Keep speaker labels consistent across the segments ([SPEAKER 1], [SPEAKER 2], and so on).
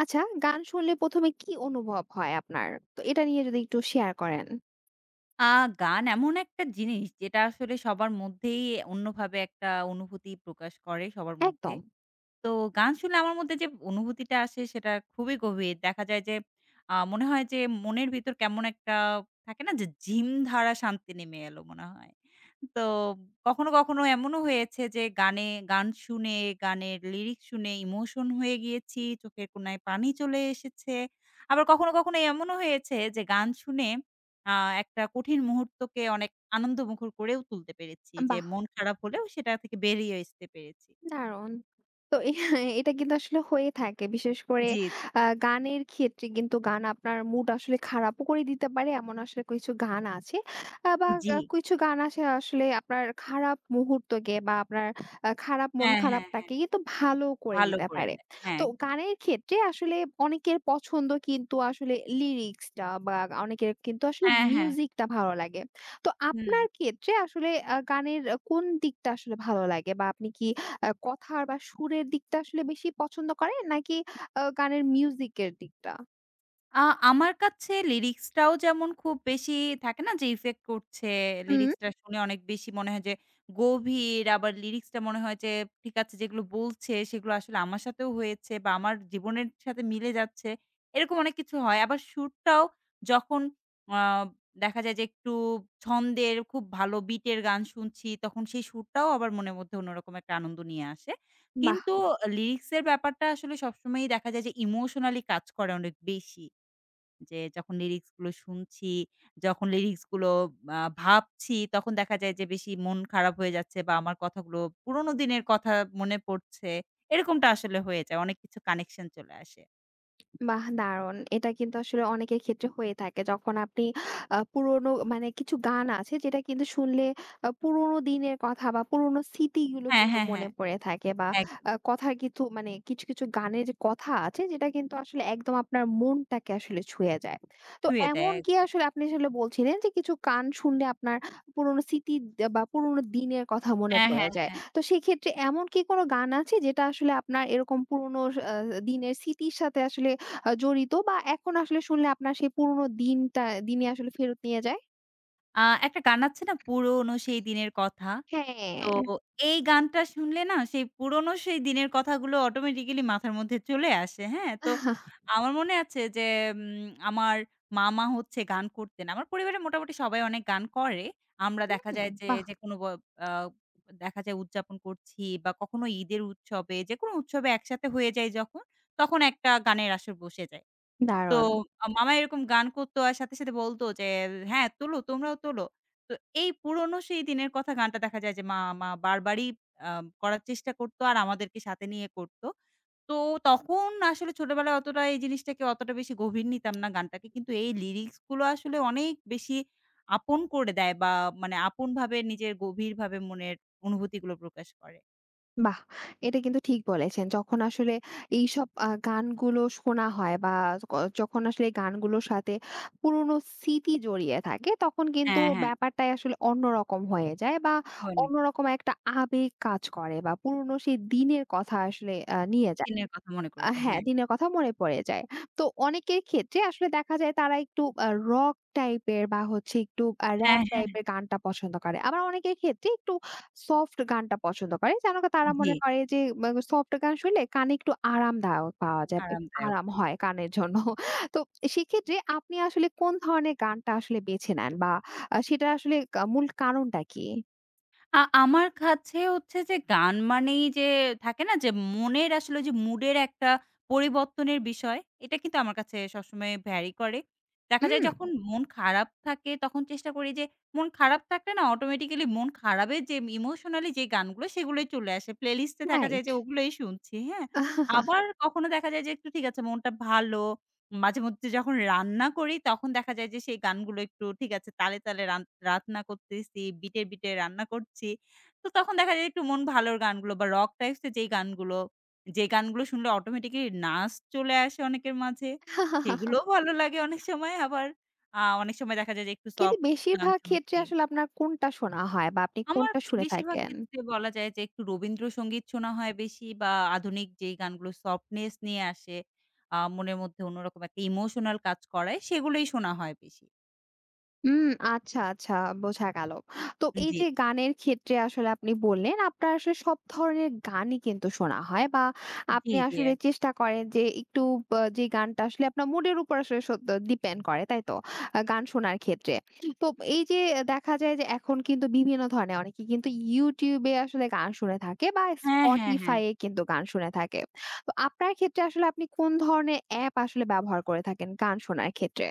[SPEAKER 1] আচ্ছা, গান শুনলে ১ম এ কি অনুভব হয় আপনার? তো এটা নিয়ে যদি একটু শেয়ার করেন।
[SPEAKER 2] আ গান এমন একটা জিনিস যেটা আসলে সবার মধ্যেই অন্যভাবে একটা অনুভূতি প্রকাশ করে সবার মধ্যে।
[SPEAKER 1] একদম।
[SPEAKER 2] তো গান শুনলে আমার মধ্যে যে অনুভূতিটা আসে সেটা খুবই গভীর। দেখা যায় যে মনে হয় যে মনের ভিতর কেমন একটা থাকে না যে ঝিমধারা শান্তি নেমে এলো মনে হয়। তো কখনো এমনও হয়েছে যে গান শুনে, গানের লিরিক্স শুনে ইমোশন হয়ে গিয়েছি, চোখের কোণায় পানি চলে এসেছে। আবার কখনো এমনও হয়েছে যে গান শুনে আ একটা কঠিন মুহূর্তকে অনেক আনন্দমুখর করেও তুলতে পেরেছি। যে মন খারাপ হলেও সেটা থেকে বেরিয়ে আসতে পেরেছি।
[SPEAKER 1] দারুণ! তো এটা কিন্তু আসলে হয়ে থাকে। বিশেষ করে
[SPEAKER 2] জি।
[SPEAKER 1] গানের ক্ষেত্রে কিন্তু গান আপনার মুড আসলে খারাপও করে দিতে পারে। এমন আসলে কিছু গান আছে, আ বা
[SPEAKER 2] জি।
[SPEAKER 1] আসলে আপনার খারাপ মুহূর্তকে বা আপনার খারাপ মন
[SPEAKER 2] হ্যাঁ, হ্যাঁ, হ্যাঁ।
[SPEAKER 1] খারাপটাকে কিন্তু ভালো করে
[SPEAKER 2] ভালো
[SPEAKER 1] দিতে
[SPEAKER 2] করে
[SPEAKER 1] পারে।
[SPEAKER 2] দেয়। হ্যাঁ,
[SPEAKER 1] তো
[SPEAKER 2] একদম।
[SPEAKER 1] গানের ক্ষেত্রে আসলে অনেকের পছন্দ কিন্তু আসলে লিরিক্সটা, বা অনেকের কিন্তু আসলে
[SPEAKER 2] হ্যাঁ, হ্যাঁ।
[SPEAKER 1] মিউজিকটা ভালো লাগে। তো
[SPEAKER 2] হুম।
[SPEAKER 1] আপনার ক্ষেত্রে আসলে গানের কোন দিকটা আসলে ভালো লাগে? বা আপনি কি কথার বা সুরের দিকটা আসলে বেশি পছন্দ করেন নাকি গানের মিউজিক এর দিকটা?
[SPEAKER 2] আ আমার কাছে লিরিক্সটাও যেমন খুব বেশি থাকে না যে ইফেক্ট করছে,
[SPEAKER 1] হুম।
[SPEAKER 2] লিরিক্সটা হুম। শুনে অনেক বেশি মনে হয় যে গভীর, আবার লিরিক্সটা মনে হয় যে ঠিক আছে যেগুলো বলছে সেগুলো আসলে আমার সাথেও হয়েছে বা আমার জীবনের সাথে মিলে যাচ্ছে। এরকম অনেক কিছু হয়। আবার সুরটাও যখন আ দেখা যায় যে একটু ছন্দের খুব ভালো বিটের গান শুনছি, তখন সেই সুরটাও আবার মনের মধ্যে অন্যরকম একটা আনন্দ নিয়ে আসে। কিন্তু হুম। লিরিক্সের ব্যাপারটা আসলে সবসময়ই দেখা যায় যে ইমোশনালি কাজ করে অনেক বেশি। যে যখন লিরিক্সগুলো শুনছি, যখন লিরিক্সগুলো ভাবছি, তখন দেখা যায় যে বেশি মন খারাপ হয়ে যাচ্ছে বা আমার কথাগুলো পুরোনো দিনের কথা মনে পড়ছে। এরকমটা আসলে হয়ে যায়। অনেক কিছু কানেকশন চলে আসে।
[SPEAKER 1] বাহ! দারুণ। এটা কিন্তু আসলে অনেকের ক্ষেত্রে হয়ে থাকে। যখন আপনি পুরনো মানে কিছু গান আছে যেটা কিন্তু শুনলে পুরনো দিনের কথা বা পুরনো স্মৃতিগুলো
[SPEAKER 2] হ্যাঁ,
[SPEAKER 1] কিন্তু
[SPEAKER 2] হ্যাঁ,
[SPEAKER 1] মনে
[SPEAKER 2] হ্যাঁ।
[SPEAKER 1] পড়ে থাকে, বা
[SPEAKER 2] একদম।
[SPEAKER 1] কথার কিছু মানে কিছু, কিছু গানের যে কথা আছে যেটা কিন্তু আসলে একদম আপনার মনটাকে আসলে ছুঁয়ে যায়। তো
[SPEAKER 2] ছুঁয়ে দেয়
[SPEAKER 1] এমন কি
[SPEAKER 2] একদম।
[SPEAKER 1] আসলে আপনি আসলে বলছিলেন যে কিছু গান শুনলে আপনার পুরনো স্মৃতি বা পুরনো দিনের কথা মনে
[SPEAKER 2] হ্যাঁ,
[SPEAKER 1] পড়ে
[SPEAKER 2] হ্যাঁ,
[SPEAKER 1] যায়।
[SPEAKER 2] হ্যাঁ।
[SPEAKER 1] তো সেক্ষেত্রে এমন কি কোনো গান আছে যেটা আসলে আপনার এরকম পুরনো আ দিনের স্মৃতির সাথে আসলে জড়িত, বা এখন আসলে শুনলে আপনার সেই পুরোনো দিনে আসলে ফেরত নিয়ে যায়?
[SPEAKER 2] আ একটা গান আছে না পুরনো সেই দিনের কথা? তো
[SPEAKER 1] হ্যাঁ।
[SPEAKER 2] এই গানটা শুনলে না সেই পুরনো সেই দিনের কথাগুলো অটোমেটিক্যালি মাথার মধ্যে চলে আসে, হ্যাঁ? তো আমার মনে আছে যে আমার মামা হচ্ছে গান করতেন। আমার পরিবারে মোটামুটি সবাই অনেক গান করে। আমরা দেখা
[SPEAKER 1] হুম।
[SPEAKER 2] যায় যে,
[SPEAKER 1] বাহ!
[SPEAKER 2] যেকোনো ব আ দেখা যায় উদযাপন করছি বা কখনো ঈদের উৎসবে, যেকোনো উৎসবে একসাথে হয়ে যাই যখন, তখন একটা গানের আসর বসে যায়। তো
[SPEAKER 1] দারুণ।
[SPEAKER 2] মামা এরকম গান করতো আর সাথে বলতো যে, "হ্যাঁ, তোলো তোমরাও তোলো।" তো এই পুরনো সেই দিনের কথা গানটা দেখা যায় যে মামা বারবারই আ করার চেষ্টা করতো আর আমাদেরকে সাথে নিয়ে করতো। তো তখন আসলে ছোটবেলায় অতটা এই জিনিসটাকে অতটা বেশি গভীর নিতাম না গানটাকে। কিন্তু এই লিরিক্স গুলো আসলে অনেক বেশি আপন করে দেয় বা মানে আপনভাবে নিজের গভীরভাবে মনের অনুভূতিগুলো প্রকাশ করে।
[SPEAKER 1] বাহ! এটা কিন্তু ঠিক বলেছেন। যখন আসলে এইসব গানগুলো শোনা হয় বা ক যখন আসলে এই গানগুলোর সাথে পুরোনো স্মৃতি জড়িয়ে থাকে তখন কিন্তু
[SPEAKER 2] হ্যাঁ, হ্যাঁ।
[SPEAKER 1] ব্যাপারটাই আসলে অন্যরকম হয়ে যায়, বা
[SPEAKER 2] হয়নি।
[SPEAKER 1] অন্যরকম একটা আবেগ কাজ করে, বা পুরোনো সেই দিনের কথা আসলে নিয়ে যায়।
[SPEAKER 2] দিনের কথা মনে করে দেয়।
[SPEAKER 1] হ্যাঁ,
[SPEAKER 2] হ্যাঁ।
[SPEAKER 1] দিনের কথা মনে পড়ে যায়। তো অনেকের ক্ষেত্রে আসলে দেখা যায় তারা একটু রক টাইপের বা হচ্ছে একটু
[SPEAKER 2] হ্যাঁ,
[SPEAKER 1] র‍্যাপ
[SPEAKER 2] হ্যাঁ।
[SPEAKER 1] টাইপের গানটা পছন্দ করে। আবার অনেকের ক্ষেত্রে একটু সফট গানটা পছন্দ করে। যেন তারা
[SPEAKER 2] জি,
[SPEAKER 1] মনে করে যে বা সফট গান শুনলে কানে একটু আরামদায়ক পাওয়া যায়, বা একটু
[SPEAKER 2] আরামদায়ক।
[SPEAKER 1] আরাম হয় কানের জন্য। তো সেক্ষেত্রে আপনি আসলে কোন ধরনের গানটা আসলে বেছে নেন, বা সেটার আসলে মূল কারণটা কি?
[SPEAKER 2] আমার কাছে হচ্ছে যে গান মানেই যে থাকে না যে মনের আসলে যে মুডের একটা পরিবর্তনের বিষয়, এটা কিন্তু আমার কাছে সবসময় ভ্যারি করে। দেখা যায়
[SPEAKER 1] হুম।
[SPEAKER 2] যখন মন খারাপ থাকে তখন চেষ্টা করি যে মন খারাপ থাকলে না অটোমেটিক্যালি মন খারাপের যে ইমোশনালি যে গানগুলো সেগুলোই চলে আসে। প্লেলিস্টে দেখা যায়
[SPEAKER 1] রাইট।
[SPEAKER 2] যে ওগুলোই শুনছি, হ্যাঁ? আবার কখনো দেখা যায় যে একটু ঠিক আছে মনটা ভালো মাঝেমধ্যে যখন রান্না করি তখন দেখা যায় যে সেই গানগুলো একটু ঠিক আছে তালে রান্না করতেছি, বিটে রান্না করছি। তো তখন দেখা যায় একটু মন ভালোর গানগুলো বা রক টাইপস এর যেই গানগুলো, যে গানগুলো শুনলে অটোমেটিক্যালি নাচ চলে আসে অনেকের মাঝে, সেগুলোও ভালো লাগে অনেক সময়। আবার অনেক সময় দেখা যায় যে একটু
[SPEAKER 1] কিন্তু
[SPEAKER 2] সফট গান
[SPEAKER 1] বেশিরভাগ ক্ষেত্রে
[SPEAKER 2] শুনছি।
[SPEAKER 1] আসলে আপনার কোনটা শোনা হয় বা আপনি
[SPEAKER 2] আমার
[SPEAKER 1] কোনটা শুনে
[SPEAKER 2] বেশিরভাগ
[SPEAKER 1] থাকেন?
[SPEAKER 2] ক্ষেত্রে বলা যায় যে একটু রবীন্দ্রসঙ্গীত শোনা হয় বেশি বা আধুনিক যেই গানগুলো সফটনেস নিয়ে আসে, মনের মধ্যে অন্যরকম একটা ইমোশনাল কাজ করায় সেগুলোই শোনা হয় বেশি।
[SPEAKER 1] হুম, আচ্ছা, আচ্ছা, বোঝা গেল। তো এই
[SPEAKER 2] জি,
[SPEAKER 1] যে গানের ক্ষেত্রে আসলে আপনি বললেন, আপনার আসলে সব ধরনের গানই কিন্তু শোনা হয়, বা
[SPEAKER 2] জি,
[SPEAKER 1] আপনি
[SPEAKER 2] জি।
[SPEAKER 1] আসলে চেষ্টা করেন যে একটু, বা যে গানটা আসলে আপনার মুডের উপর আসলে সদ্য ডিপেন্ড করে, তাই তো? গান শোনার ক্ষেত্রে। তো এই যে দেখা যায় যে এখন কিন্তু বিভিন্ন ধরনের অনেকে কিন্তু YouTube এ আসলে গান শুনে থাকে, বা
[SPEAKER 2] হ্যাঁ, হ্যাঁ, হ্যাঁ।
[SPEAKER 1] Spotify এ কিন্তু গান শুনে থাকে। তো আপনার ক্ষেত্রে আসলে আপনি কোন ধরনের অ্যাপ আসলে ব্যবহার করে থাকেন গান শোনার ক্ষেত্রে?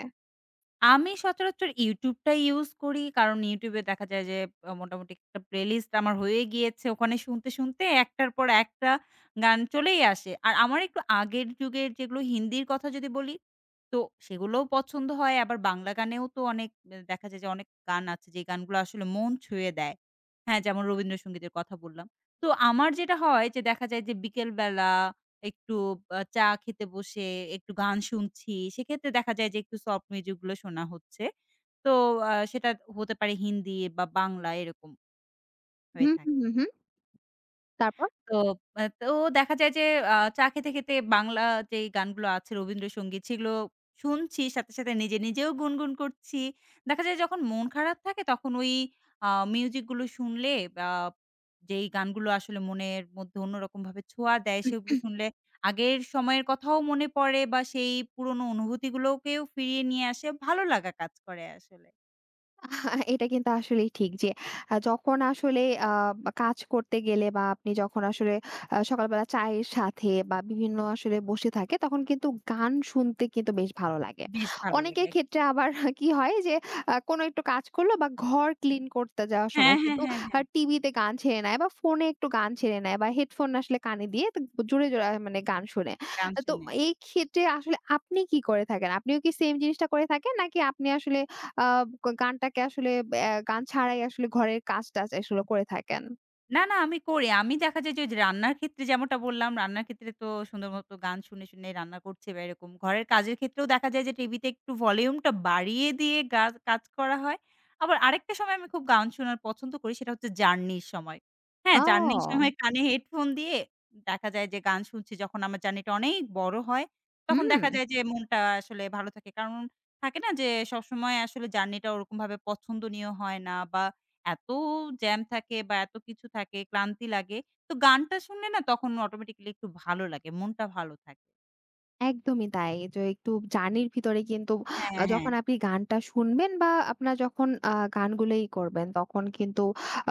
[SPEAKER 2] আমি সচরাচর YouTube টাই ইউজ করি। কারণ YouTube এ দেখা যায় যে মোটামুটি একটা প্লেলিস্ট আমার হয়ে গিয়েছে। ওখানে শুনতে একটার পর একটা গান চলেই আসে। আর আমার একটু আগের যুগের যেগুলো হিন্দির কথা যদি বলি, তো সেগুলোও পছন্দ হয়। আবার বাংলা গানেও তো অনেক দেখা যায় যে অনেক গান আছে যে গানগুলো আসলে মন ছুঁয়ে দেয়। হ্যাঁ, যেমন রবীন্দ্রসঙ্গীতের কথা বললাম। তো আমার যেটা হয় যে দেখা যায় যে বিকেল বেলা একটু চা খেতে বসে একটু গান শুনছি। সেক্ষেত্রে দেখা যায় যে একটু সফট মিউজিক গুলো শোনা হচ্ছে। তো সেটা হতে পারে হিন্দি বা বাংলা এরকম হয়ে
[SPEAKER 1] হুম, হুম,
[SPEAKER 2] থাকে।
[SPEAKER 1] হুম, হুম। তারপর?
[SPEAKER 2] তো তো দেখা যায় যে চা খেতে বাংলা যেই গানগুলো আছে রবীন্দ্রসঙ্গীত সেগুলো শুনছি সাথে নিজে নিজেও গুনগুন করছি। দেখা যায় যখন মন খারাপ থাকে তখন ওই আ মিউজিক গুলো শুনলে আ যেই গানগুলো আসলে মনের মধ্যে অন্যরকমভাবে ছোঁয়া দেয় সেগুলো শুনলে আগের সময়ের কথাও মনে পড়ে বা সেই পুরনো অনুভূতিগুলোকেও ফিরিয়ে নিয়ে আসে। ভালো লাগা কাজ করে আসলে।
[SPEAKER 1] এটা কিন্তু আসলেই ঠিক যে যখন আসলে আ কাজ করতে গেলে, বা আপনি যখন আসলে সকালবেলা চায়ের সাথে বা বিভিন্ন আসলে বসে থাকে তখন কিন্তু গান শুনতে কিন্তু বেশ ভালো লাগে।
[SPEAKER 2] বেশ ভালো
[SPEAKER 1] অনেকের
[SPEAKER 2] লাগে।
[SPEAKER 1] ক্ষেত্রে আবার কি হয় যে কোনো একটু কাজ করলো, বা ঘর ক্লিন করতে যাওয়ার
[SPEAKER 2] হ্যাঁ,
[SPEAKER 1] সময়
[SPEAKER 2] হ্যাঁ,
[SPEAKER 1] কিন্তু
[SPEAKER 2] হ্যাঁ, হ্যাঁ।
[SPEAKER 1] টিভিতে গান ছেড়ে নেয়, বা ফোনে একটু গান ছেড়ে নেয়, বা হেডফোন আসলে কানে দিয়ে তো জোরে, জোরে মানে গান শোনে।
[SPEAKER 2] গান
[SPEAKER 1] তো
[SPEAKER 2] শুনে।
[SPEAKER 1] এই ক্ষেত্রে আসলে আপনি কি করে থাকেন? আপনিও কি সেম জিনিসটা করে থাকেন? নাকি আপনি আসলে আ গ গানটাকে আসলে গান ছাড়াই আসলে ঘরের কাজ-টাজ আসলে করে থাকেন।
[SPEAKER 2] না, না আমি করি। আমি দেখা যায় যে ওইযে রান্নার ক্ষেত্রে যেমনটা বললাম, রান্নার ক্ষেত্রে তো সুন্দর মতো গান শুনে রান্না করছি বা এরকম। ঘরের কাজের ক্ষেত্রেও দেখা যায় যে টিভিতে একটু ভলিউমটা বাড়িয়ে দিয়ে কাজ করা হয়। আবার আরেকটা সময় আমি খুব গান শোনার পছন্দ করি সেটা হচ্ছে জার্নির সময়। হ্যাঁ, জার্নির
[SPEAKER 1] ও!
[SPEAKER 2] সময় কানে হেডফোন দিয়ে দেখা যায় যে গান শুনছি যখন আমার জার্নিটা অনেক বড় হয়, তখন
[SPEAKER 1] হুম।
[SPEAKER 2] দেখা যায় যে মনটা আসলে ভালো থাকে। কারণ থাকে না যে সবসময় আসলে জার্নিটা ওরকমভাবে পছন্দনীয় হয় না বা এত জ্যাম থাকে বা এত কিছু থাকে, ক্লান্তি লাগে। তো গানটা শুনলে না তখন অটোমেটিক্যালি একটু ভালো লাগে। মনটা ভালো থাকে।
[SPEAKER 1] একদমই তাই। যে একটু জার্নির ভিতরে কিন্তু
[SPEAKER 2] হ্যাঁ, হ্যাঁ।
[SPEAKER 1] যখন আপনি গানটা শুনবেন, বা আপনার যখন গানগুলোই করবেন তখন কিন্তু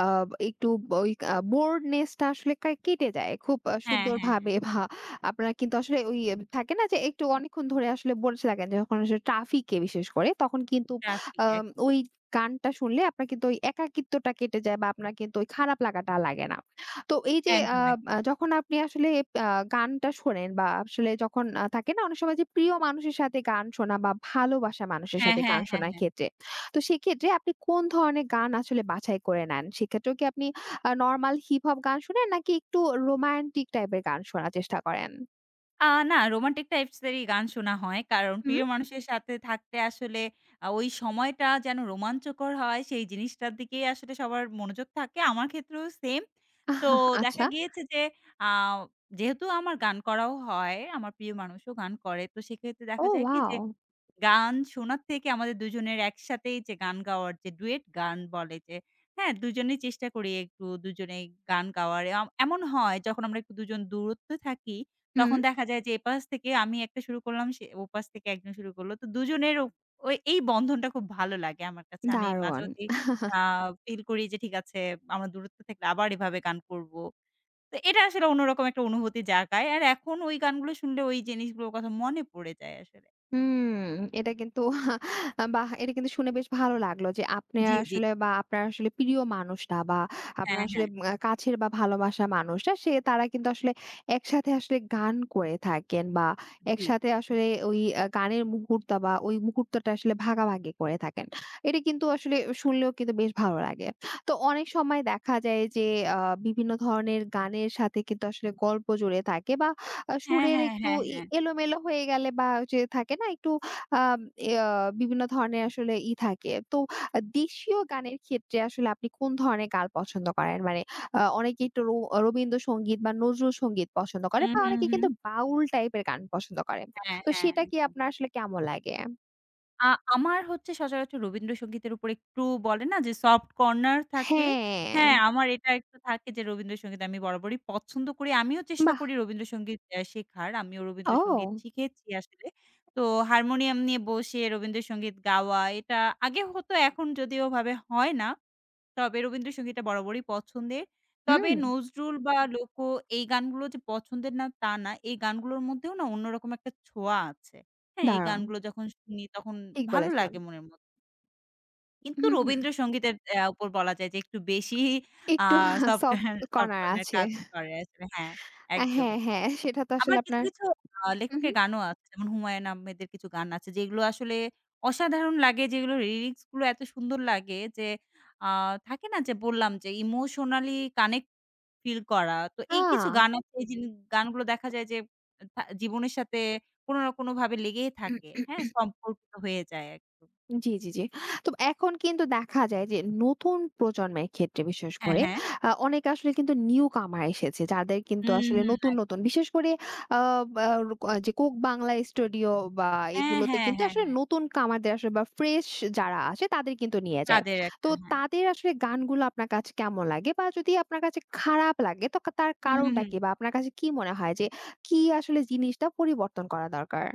[SPEAKER 1] আ একটু ওই boredness টা আসলে কেটে যায়। খুব
[SPEAKER 2] হ্যাঁ, হ্যাঁ, হ্যাঁ।
[SPEAKER 1] সুন্দরভাবে বা আপনার কিন্তু আসলে ওই থাকে না যে একটু অনেকক্ষণ ধরে আসলে bored লাগেন, যখন আসলে ট্রাফিকে বিশেষ করে তখন কিন্তু
[SPEAKER 2] ট্রাফিক একদম।
[SPEAKER 1] ওই গানটা শুনলে আপনার কিন্তু ওই একাকিত্বটা কেটে যায়, বা আপনার কিন্তু ওই খারাপ লাগাটা আর লাগে না। তো এই যে আ
[SPEAKER 2] একদম, একদম।
[SPEAKER 1] আ যখন আপনি আসলে আ গানটা শোনেন, বা আসলে যখন থাকে না অনেক সময় যে প্রিয় মানুষের সাথে গান শোনা, বা ভালোবাসা মানুষের
[SPEAKER 2] হ্যাঁ,
[SPEAKER 1] সাথে
[SPEAKER 2] হ্যাঁ,
[SPEAKER 1] গান
[SPEAKER 2] হ্যাঁ,
[SPEAKER 1] শোনার
[SPEAKER 2] হ্যাঁ।
[SPEAKER 1] ক্ষেত্রে। তো সেক্ষেত্রে আপনি কোন ধরনের গান আসলে বাছাই করে নেন? সেক্ষেত্রেও কি আপনি নরমাল হিপ হপ গান শোনেন, নাকি একটু রোমান্টিক টাইপের গান শোনার চেষ্টা করেন?
[SPEAKER 2] আ না রোমান্টিক টাইপস এরই গান শোনা হয়। কারণ
[SPEAKER 1] হুম?
[SPEAKER 2] প্রিয় মানুষের সাথে থাকতে আসলে ওই সময়টা যেন রোমাঞ্চকর হয় সেই জিনিসটার দিকেই আসলে সবার মনোযোগ থাকে। আমার ক্ষেত্রেও সেম। তো
[SPEAKER 1] আহা,
[SPEAKER 2] দেখা
[SPEAKER 1] আচ্ছা।
[SPEAKER 2] গিয়েছে যে আ যেহেতু আমার গান করাও হয়, আমার প্রিয় মানুষও গান করে। তো সেক্ষেত্রে
[SPEAKER 1] ও,
[SPEAKER 2] দেখা যায় কি
[SPEAKER 1] ওয়াও!
[SPEAKER 2] যে গান শোনার থেকে আমাদের দুজনের একসাথেই যে গান গাওয়ার যে ডুয়েট গান বলে যে, হ্যাঁ? দুজনেই চেষ্টা করি একটু দুজনেই গান গাওয়ার। এমন হয় যখন আমরা একটু দুজন দূরত্বে থাকি,
[SPEAKER 1] হুম,
[SPEAKER 2] তখন দেখা যায় যে এপাশ থেকে আমি একটা শুরু করলাম, সে ওপাশ থেকে একজন শুরু করল। তো দুজনের ও ওই এই বন্ধনটা খুব ভালো লাগে আমার কাছে। আমি
[SPEAKER 1] দারুণ।
[SPEAKER 2] মাঝেমধ্যেই আ ফিল করি যে ঠিক আছে আমরা দূরত্বে থাকলে আবার এভাবে গান করব। তো এটা আসলে অন্যরকম একটা অনুভূতি জাগায়। আর এখন ওই গানগুলো শুনলে ওই জিনিসগুলোর কথা মনে পড়ে যায় আসলে।
[SPEAKER 1] হুম, এটা কিন্তু বাহ! এটা কিন্তু শুনে বেশ ভালো লাগলো যে আপনি
[SPEAKER 2] জি, জি।
[SPEAKER 1] আসলে, বা আপনার আসলে প্রিয় মানুষটা, বা আপনার
[SPEAKER 2] হ্যাঁ,
[SPEAKER 1] আসলে
[SPEAKER 2] হ্যাঁ।
[SPEAKER 1] কাছের বা ভালোবাসা মানুষটা, সে তারা কিন্তু আসলে একসাথে আসলে গান করে থাকেন, বা
[SPEAKER 2] জি।
[SPEAKER 1] একসাথে আসলে ওই গানের মুহূর্ত বা ওই মুহূর্তটা আসলে ভাগাভাগি করে থাকেন। এটা কিন্তু আসলে শুনলেও কিন্তু বেশ ভালো লাগে। তো অনেক সময় দেখা যায় যে আ বিভিন্ন ধরনের গানের সাথে কিন্তু আসলে গল্প জুড়ে থাকে, বা
[SPEAKER 2] হ্যাঁ,
[SPEAKER 1] সুরের
[SPEAKER 2] হ্যাঁ,
[SPEAKER 1] একটু
[SPEAKER 2] হ্যাঁ, হ্যাঁ।
[SPEAKER 1] এলোমেলো হয়ে গেলে, বা যে থাকে না একটু আম ইয়া বিভিন্ন ধরনের আসলে থাকে। তো দেশীয় গানের ক্ষেত্রে আসলে আপনি কোন ধরনের গান পছন্দ করেন? মানে অনেকে একটু রবীন্দ্রসঙ্গীত বা নজরুল সঙ্গীত পছন্দ করে,
[SPEAKER 2] হুম,
[SPEAKER 1] বা
[SPEAKER 2] হুম,
[SPEAKER 1] অনেকে
[SPEAKER 2] হুম।
[SPEAKER 1] কিন্তু বাউল টাইপের গান পছন্দ করে।
[SPEAKER 2] হ্যাঁ,
[SPEAKER 1] তো
[SPEAKER 2] হ্যাঁ,
[SPEAKER 1] সেটা কি
[SPEAKER 2] একদম।
[SPEAKER 1] আপনার আসলে কেমন লাগে?
[SPEAKER 2] আ আমার হচ্ছে সচরাচর রবীন্দ্রসঙ্গীতের উপর একটু বলে না যে সফট কর্নার থাকে।
[SPEAKER 1] হ্যাঁ,
[SPEAKER 2] হ্যাঁ, আমার এটা একটু থাকে যে রবীন্দ্রসঙ্গীত আমি বরাবরই পছন্দ করি। আমিও চেষ্টা
[SPEAKER 1] বাহ!
[SPEAKER 2] করি রবীন্দ্রসঙ্গীত শেখার। আমিও রবীন্দ্রসঙ্গীত
[SPEAKER 1] ও,
[SPEAKER 2] শিখেছি আসলে। তো হারমোনিয়াম নিয়ে বসে রবীন্দ্রসঙ্গীত গাওয়া এটা আগে হতো এখন যদিও ওভাবে হয় না। তবে রবীন্দ্রসঙ্গীতটা বরাবরই পছন্দের। তবে
[SPEAKER 1] হুম,
[SPEAKER 2] নজরুল বা হুম। এই গানগুলো যে পছন্দের না তা না। এই গানগুলোর মধ্যেও না অন্যরকম একটা ছোঁয়া আছে। হ্যাঁ, এই
[SPEAKER 1] দারুণ।
[SPEAKER 2] গানগুলো যখন শুনি তখন
[SPEAKER 1] ঠিক
[SPEAKER 2] ভালো
[SPEAKER 1] বলেছেন।
[SPEAKER 2] লাগে মনের মধ্যে। কিন্তু
[SPEAKER 1] হুম, হুম।
[SPEAKER 2] রবীন্দ্রসঙ্গীতের উপর বলা যায় যে একটু বেশি আ
[SPEAKER 1] একটু
[SPEAKER 2] soft corner
[SPEAKER 1] soft
[SPEAKER 2] soft
[SPEAKER 1] corner
[SPEAKER 2] corner
[SPEAKER 1] আছে।
[SPEAKER 2] কাজ করে আসলে। হ্যাঁ,
[SPEAKER 1] হ্যাঁ,
[SPEAKER 2] একদমই।
[SPEAKER 1] হ্যাঁ সেটা তো
[SPEAKER 2] আবার
[SPEAKER 1] আসলে
[SPEAKER 2] কিছু,
[SPEAKER 1] আপনার
[SPEAKER 2] কিছু
[SPEAKER 1] হু, হু।
[SPEAKER 2] লেখকের গানও আছে। যেমন হুমায়ূন আহমেদের কিছু গান আছে যেগুলো আসলে অসাধারণ লাগে যেগুলো লিরিক্স গুলো এত সুন্দর লাগে যে আ থাকে না যে বললাম যে ইমোশনালি কানেক্ট ফিল করা। তো
[SPEAKER 1] আ
[SPEAKER 2] এই কিছু গান আছে এই জিনি গানগুলো দেখা যায় যে জীবনের সাথে কোনো না কোনোভাবে লেগেই থাকে। হ্যাঁ? সম্পর্কিত হয়ে যায় একদম।
[SPEAKER 1] জি, জি, জি। তো এখন কিন্তু দেখা যায় যে নতুন প্রজন্মের ক্ষেত্রে বিশেষ
[SPEAKER 2] হ্যাঁ,
[SPEAKER 1] করে
[SPEAKER 2] হ্যাঁ।
[SPEAKER 1] অনেকে আসলে কিন্তু নিউ কামার এসেছে। যাদের কিন্তু
[SPEAKER 2] হুম,
[SPEAKER 1] আসলে
[SPEAKER 2] হুম
[SPEAKER 1] নতুন, নতুন
[SPEAKER 2] একদম।
[SPEAKER 1] বিশেষ করে আ বা আ যে কোক বাংলা স্টুডিও বা
[SPEAKER 2] হ্যাঁ,
[SPEAKER 1] এগুলোতে
[SPEAKER 2] হ্যাঁ,
[SPEAKER 1] কিন্তু
[SPEAKER 2] হ্যাঁ,
[SPEAKER 1] আসলে
[SPEAKER 2] হ্যাঁ।
[SPEAKER 1] নতুন কামারদের আসলে, বা ফ্রেশ যারা আসে তাদের কিন্তু নিয়ে যায়।
[SPEAKER 2] তাদের একটা
[SPEAKER 1] তো
[SPEAKER 2] হ্যাঁ।
[SPEAKER 1] তাদের আসলে গানগুলো আপনার কাছে কেমন লাগে? বা যদি আপনার কাছে খারাপ লাগে তো তার
[SPEAKER 2] হুম, হুম,
[SPEAKER 1] কারণটা
[SPEAKER 2] হুম।
[SPEAKER 1] কি? বা আপনার কাছে কি মনে হয় যে কি আসলে জিনিসটা পরিবর্তন করা দরকার?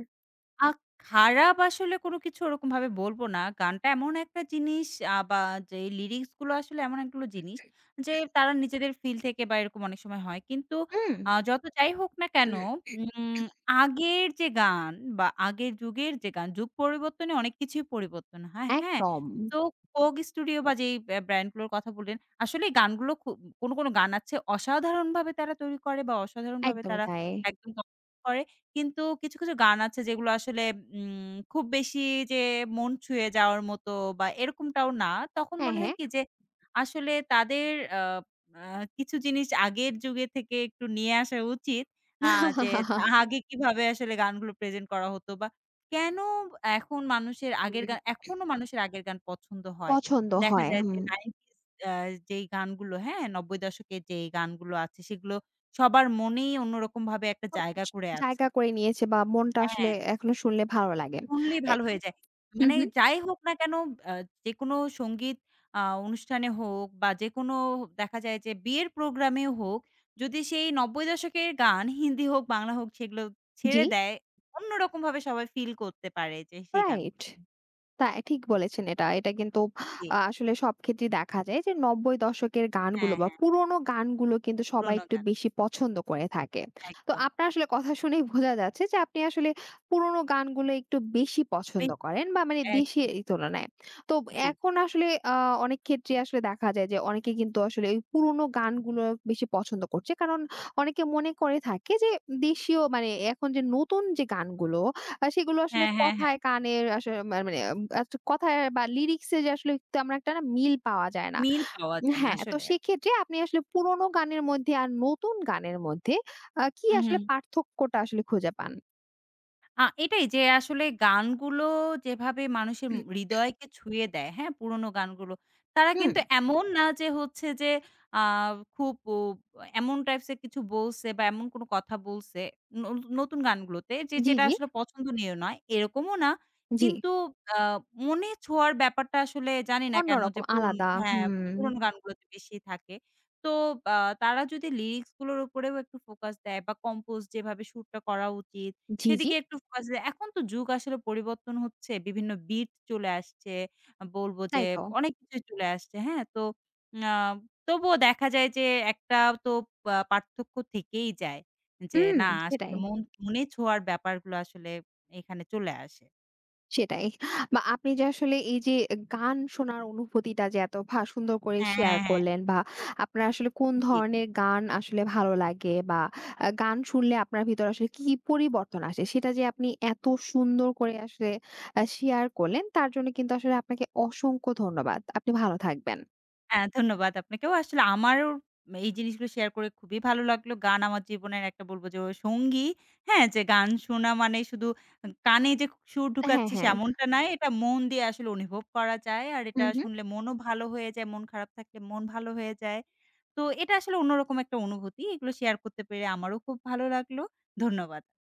[SPEAKER 2] আ খারাপ আসলে কোনো কিছু ওরকমভাবে বলব না। গানটা এমন একটা জিনিস আ বা যে লিরিক্স গুলো আসলে এমন একগুলো জিনিস যে তারা নিজেদের ফিল থেকে বা এরকম অনেক সময় হয়। কিন্তু
[SPEAKER 1] হুম।
[SPEAKER 2] যত যাই হোক না কেন উম আগের যে গান বা আগের যুগের যে গান, যুগ পরিবর্তনে অনেক কিছুই পরিবর্তন হয়, হ্যাঁ?
[SPEAKER 1] একদম,
[SPEAKER 2] তো কোক স্টুডিও বা যেই ব্র্যান্ড গুলোর কথা বললেন, আসলে গানগুলো খু কোনো গান আছে অসাধারণভাবে তারা তৈরি করে বা অসাধারণভাবে
[SPEAKER 1] একদমই
[SPEAKER 2] তারা
[SPEAKER 1] তাই।
[SPEAKER 2] একদম করে। কিন্তু কিছু গান আছে যেগুলো আসলে খুব বেশি যে মন ছুঁয়ে যাওয়ার মতো বা এরকমটাও না। তখন
[SPEAKER 1] হ্যাঁ,
[SPEAKER 2] মনে হয়
[SPEAKER 1] হ্যাঁ।
[SPEAKER 2] কি যে আসলে তাদের আ আ কিছু জিনিস আগের যুগে থেকে একটু নিয়ে আসা উচিত। আ যে আগে কিভাবে আসলে গানগুলো প্রেজেন্ট করা হতো বা কেন এখনো মানুষের আগের গান পছন্দ হয়।
[SPEAKER 1] পছন্দ
[SPEAKER 2] দেখা
[SPEAKER 1] হয়।
[SPEAKER 2] যায় যে
[SPEAKER 1] হুম।
[SPEAKER 2] 90s আ যেই গানগুলো হ্যাঁ, ৯০ দশকের যেই গানগুলো আছে সেগুলো সবার মনেই অন্যরকমভাবে একটা জায়গা করে আছে।
[SPEAKER 1] জায়গা করে নিয়েছে, বা মনটা আসলে
[SPEAKER 2] হ্যাঁ,
[SPEAKER 1] এখনো শুনলে ভালো লাগে।
[SPEAKER 2] শুনলেই
[SPEAKER 1] এ
[SPEAKER 2] ভালো হয়ে যায়।
[SPEAKER 1] হুম,
[SPEAKER 2] মানে
[SPEAKER 1] হুম।
[SPEAKER 2] যাই হোক না কেন আ যেকোনো সংগীত আ অনুষ্ঠানে হোক বা যেকোনো দেখা যায় যে বিয়ের প্রোগ্রামে হোক, যদি সেই ৯০ দশকের গান হিন্দি হোক, বাংলা হোক সেগুলো ছেড়ে
[SPEAKER 1] জি,
[SPEAKER 2] দেয়, অন্যরকমভাবে সবাই ফিল করতে পারে যে সেই
[SPEAKER 1] রাইট।
[SPEAKER 2] গানগুলো।
[SPEAKER 1] তাই ঠিক বলেছেন এটা। এটা কিন্তু
[SPEAKER 2] জি।
[SPEAKER 1] আসলে সব ক্ষেত্রেই দেখা যায় যে ৯০ দশকের গানগুলো
[SPEAKER 2] হ্যাঁ,
[SPEAKER 1] বা
[SPEAKER 2] হ্যাঁ,
[SPEAKER 1] পুরোনো গানগুলো কিন্তু সবাই
[SPEAKER 2] পুরোনো
[SPEAKER 1] একটু
[SPEAKER 2] গান।
[SPEAKER 1] বেশি পছন্দ করে থাকে। তো
[SPEAKER 2] একদম।
[SPEAKER 1] আপনার আসলে কথা শুনেই বোঝা যাচ্ছে যে আপনি আসলে পুরোনো গানগুলো একটু বেশি পছন্দ
[SPEAKER 2] বেশ
[SPEAKER 1] করেন, বা মানে দেশি
[SPEAKER 2] একদম
[SPEAKER 1] এই তুলনায়। তো
[SPEAKER 2] জি।
[SPEAKER 1] এখন আসলে আ অনেক ক্ষেত্রে আসলে দেখা যায় যে অনেকে কিন্তু আসলে ওই পুরোনো গানগুলো বেশি পছন্দ করছে। কারণ অনেকে মনে করে থাকে যে দেশীয় মানে এখন যে নতুন যে গানগুলো সেগুলো আসলে
[SPEAKER 2] হ্যাঁ, হ্যাঁ, হ্যাঁ।
[SPEAKER 1] কথায় কানে আসলে মানে কথায় বা লিরিক্স এ যে আসলে তেমন একটা না মিল পাওয়া যায় না।
[SPEAKER 2] মিল পাওয়া যায় না
[SPEAKER 1] হ্যাঁ, তো
[SPEAKER 2] আসলে।
[SPEAKER 1] সেক্ষেত্রে আপনি আসলে পুরোনো গানের মধ্যে আর নতুন গানের মধ্যে কি
[SPEAKER 2] হু, হু।
[SPEAKER 1] আসলে পার্থক্যটা আসলে খুঁজে পান?
[SPEAKER 2] এটাই যে আসলে গানগুলো যেভাবে মানুষের হৃদয়কে ছুঁয়ে দেয়, হ্যাঁ? পুরোনো গানগুলো। তারা
[SPEAKER 1] হুম,
[SPEAKER 2] কিন্তু এমন না যে হচ্ছে যে আ খুব ও এমন টাইপস এর কিছু বলছে বা এমন কোনো কথা বলছে ন নতুন গানগুলোতে যে
[SPEAKER 1] জি,
[SPEAKER 2] যেটা
[SPEAKER 1] জি,
[SPEAKER 2] আসলে পছন্দনীয় নয়, এরকমও না।
[SPEAKER 1] জি।
[SPEAKER 2] কিন্তু আ মনে ছোঁয়ার ব্যাপারটা আসলে জানি না কেন যে
[SPEAKER 1] অন্যরকম
[SPEAKER 2] পুরনো
[SPEAKER 1] আলাদা।
[SPEAKER 2] হ্যাঁ,
[SPEAKER 1] হুম,
[SPEAKER 2] পুরনো গানগুলোতে বেশি থাকে। তো আ তারা যদি লিরিক্স গুলোর উপরেও একটু ফোকাস দেয় বা কম্পোজ যেভাবে সুরটা করা উচিত
[SPEAKER 1] জি, জি।
[SPEAKER 2] সেদিকে একটু ফোকাস দেয়। এখন তো যুগ আসলে পরিবর্তন হচ্ছে। বিভিন্ন বিট চলে আসছে। বলবো যে
[SPEAKER 1] তাই তো।
[SPEAKER 2] অনেক কিছুই চলে আসছে। হ্যাঁ? তো আ তবুও দেখা যায় যে একটা তো পার্থক্য থেকেই যায়। যে
[SPEAKER 1] হুম,
[SPEAKER 2] না আসলে
[SPEAKER 1] সেটাই।
[SPEAKER 2] মন মনে ছোঁয়ার ব্যাপারগুলো আসলে এখানে চলে আসে।
[SPEAKER 1] সেটাই। বা আপনি যে আসলে এই যে গান শোনার অনুভূতিটা যে এত সুন্দর করে
[SPEAKER 2] হ্যাঁ,
[SPEAKER 1] শেয়ার
[SPEAKER 2] হ্যাঁ, হ্যাঁ।
[SPEAKER 1] করলেন, বা আপনার আসলে কোন
[SPEAKER 2] জি।
[SPEAKER 1] ধরনের গান আসলে ভালো লাগে, বা গান শুনলে আপনার ভিতরে আসলে কি, কি পরিবর্তন আসে সেটা যে আপনি এত সুন্দর করে আসলে শেয়ার করলেন, তার জন্য কিন্তু আসলে আপনাকে অসংখ্য ধন্যবাদ। আপনি ভালো থাকবেন।
[SPEAKER 2] হ্যাঁ, ধন্যবাদ আপনাকেও। আসলে আমারও এই জিনিসগুলো শেয়ার করে খুবই ভালো লাগলো। গান আমার জীবনের একটা বলব যে সঙ্গী, হ্যাঁ? যে গান শোনা মানে শুধু কানে যে সুর
[SPEAKER 1] হ্যাঁ,
[SPEAKER 2] ঢুকাচ্ছি
[SPEAKER 1] হ্যাঁ।
[SPEAKER 2] এমনটা নয়। এটা মন দিয়ে আসলে অনুভব করা যায়। আর
[SPEAKER 1] হু,
[SPEAKER 2] এটা
[SPEAKER 1] হু।
[SPEAKER 2] শুনলে মনও ভালো হয়ে যায়। মন খারাপ থাকলে মন ভালো হয়ে যায়। তো এটা আসলে অন্যরকম একটা অনুভূতি। এগুলো শেয়ার করতে পেরে আমারও খুব ভালো লাগলো। ধন্যবাদ।